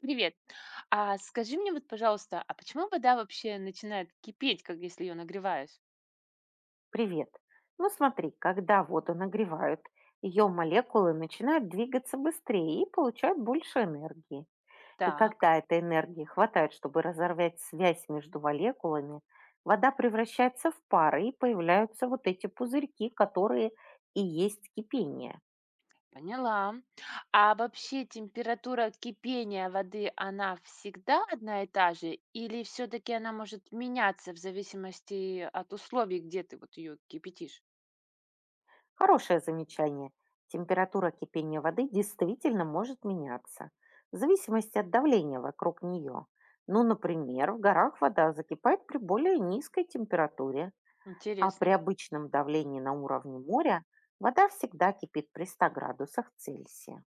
Привет. А скажи мне вот, пожалуйста, а почему вода вообще начинает кипеть, как если ее нагреваешь? Привет. Ну смотри, когда воду нагревают, ее молекулы начинают двигаться быстрее и получают больше энергии. И Так, когда этой энергии хватает, чтобы разорвать связь между молекулами, вода превращается в пары и появляются вот эти пузырьки, которые и есть кипение. поняла. А вообще температура кипения воды, она всегда одна и та же, или все-таки она может меняться в зависимости от условий, где ты вот ее кипятишь? Хорошее замечание. Температура кипения воды действительно может меняться в зависимости от давления вокруг нее. Ну, например, в горах вода закипает при более низкой температуре, а при Интересно. обычном давлении на уровне моря вода всегда кипит при 100 градусах Цельсия.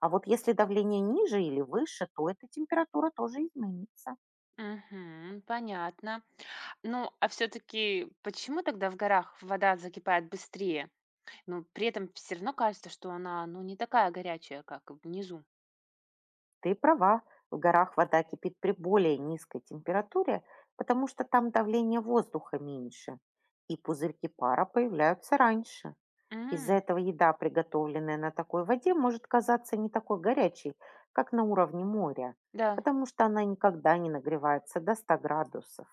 А вот если давление ниже или выше, то эта температура тоже изменится. Мгм, понятно. Ну, а все-таки почему тогда в горах вода закипает быстрее? Но при этом все равно кажется, что она, ну, не такая горячая, как внизу. Ты права, в горах вода кипит при более низкой температуре, потому что там давление воздуха меньше, и пузырьки пара появляются раньше. Из-за М, этого еда, приготовленная на такой воде, может казаться не такой горячей, как на уровне моря, да. потому что она никогда не нагревается до 100 градусов.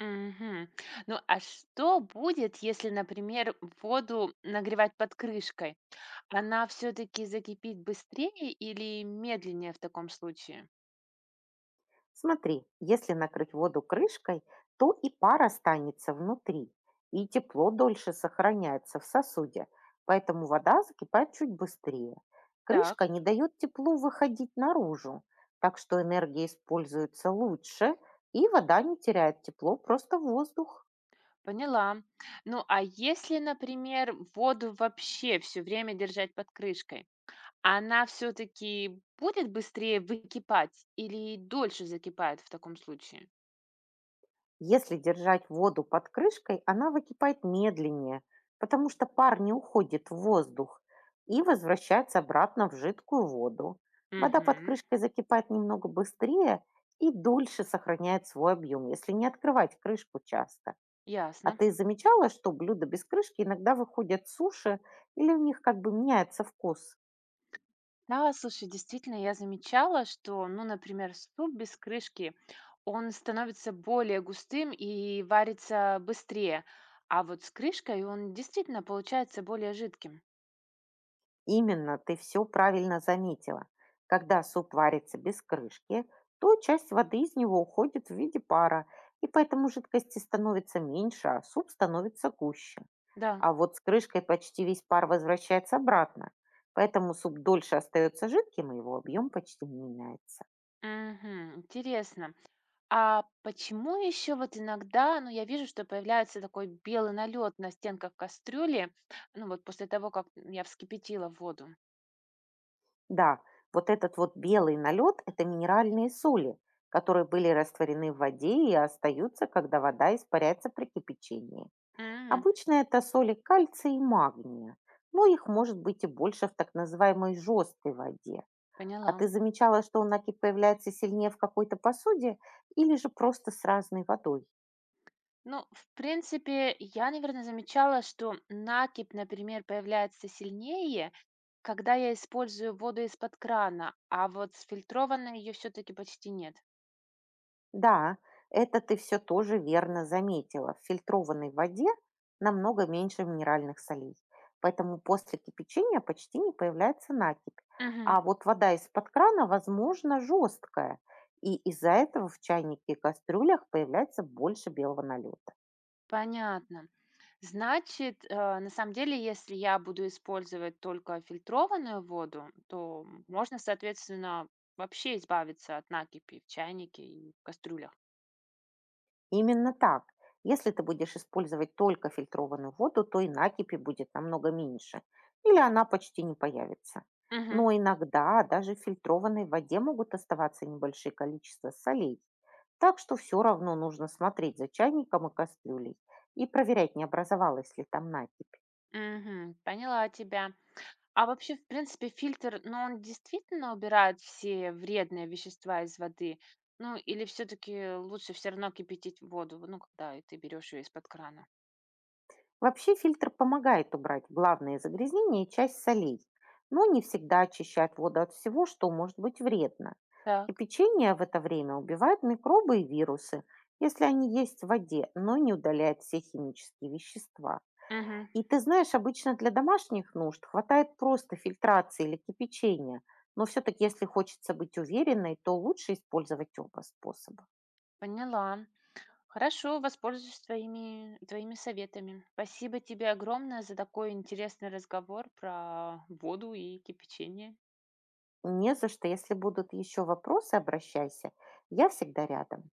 Мгм. Ну, а что будет, если, например, воду нагревать под крышкой? Она все-таки закипит быстрее или медленнее в таком случае? Смотри, если накрыть воду крышкой, то и пар останется внутри, и тепло дольше сохраняется в сосуде, поэтому вода закипает чуть быстрее. Так, Крышка не дает теплу выходить наружу, так что энергия используется лучше, и вода не теряет тепло, просто воздух. поняла. Ну, а если, например, воду вообще все время держать под крышкой, она все-таки будет быстрее выкипать или дольше закипает в таком случае? Если держать воду под крышкой, она выкипает медленнее, потому что пар не уходит в воздух и возвращается обратно в жидкую воду. Вода под Угу, крышкой закипает немного быстрее и дольше сохраняет свой объем, если не открывать крышку часто. А ясно. ты замечала, что блюда без крышки иногда выходят суши или у них как бы меняется вкус? Да, слушай, действительно, я замечала, что, ну, например, суп без крышки, он становится более густым и варится быстрее, а вот с крышкой он действительно получается более жидким. Именно, ты все правильно заметила. Когда суп варится без крышки, то часть воды из него уходит в виде пара, и поэтому жидкости становится меньше, а суп становится гуще. Да. А вот с крышкой почти весь пар возвращается обратно, поэтому суп дольше остается жидким, и его объем почти не меняется. Мгм, интересно. А почему еще вот иногда, ну, я вижу, что появляется такой белый налет на стенках кастрюли, ну, вот после того, как я вскипятила воду. Да, вот этот вот белый налет — это минеральные соли, которые были растворены в воде и остаются, когда вода испаряется при кипячении. М, Обычно это соли кальция и магния, но их может быть и больше в так называемой жесткой воде. А поняла. ты замечала, что он накипь появляется сильнее в какой-то посуде или же просто с разной водой? Ну, в принципе, я, наверное, замечала, что накипь, например, появляется сильнее, когда я использую воду из-под крана, а вот с фильтрованной ее все-таки почти нет. Да, это ты все тоже верно заметила. В фильтрованной воде намного меньше минеральных солей, поэтому после кипячения почти не появляется накипь. Мгм. А вот вода из-под крана, возможно, жесткая, и из-за этого в чайнике и кастрюлях появляется больше белого налета. Понятно. Значит, на самом деле, если я буду использовать только фильтрованную воду, то можно, соответственно, вообще избавиться от накипи в чайнике и в кастрюлях. Именно так. Если ты будешь использовать только фильтрованную воду, то и накипи будет намного меньше, или она почти не появится. Мгм. Но иногда даже в фильтрованной воде могут оставаться небольшие количества солей. Так что все равно нужно смотреть за чайником и кастрюлей и проверять, не образовалась ли там накипь. Мгм. Поняла тебя. А вообще, в принципе, фильтр, ну, он действительно убирает все вредные вещества из воды? Ну, или все-таки лучше все равно кипятить воду, ну, когда и ты берешь ее из-под крана? Вообще фильтр помогает убрать главные загрязнения и часть солей, но не всегда очищает воду от всего, что может быть вредно. Так, Кипячение в это время убивает микробы и вирусы, если они есть в воде, но не удаляет все химические вещества. мгм, И ты знаешь, обычно для домашних нужд хватает просто фильтрации или кипячения, но все-таки если хочется быть уверенной, то лучше использовать оба способа. поняла. Хорошо, воспользуюсь твоими советами. Спасибо тебе огромное за такой интересный разговор про воду и кипячение. Не за что, если будут еще вопросы, обращайся, я всегда рядом.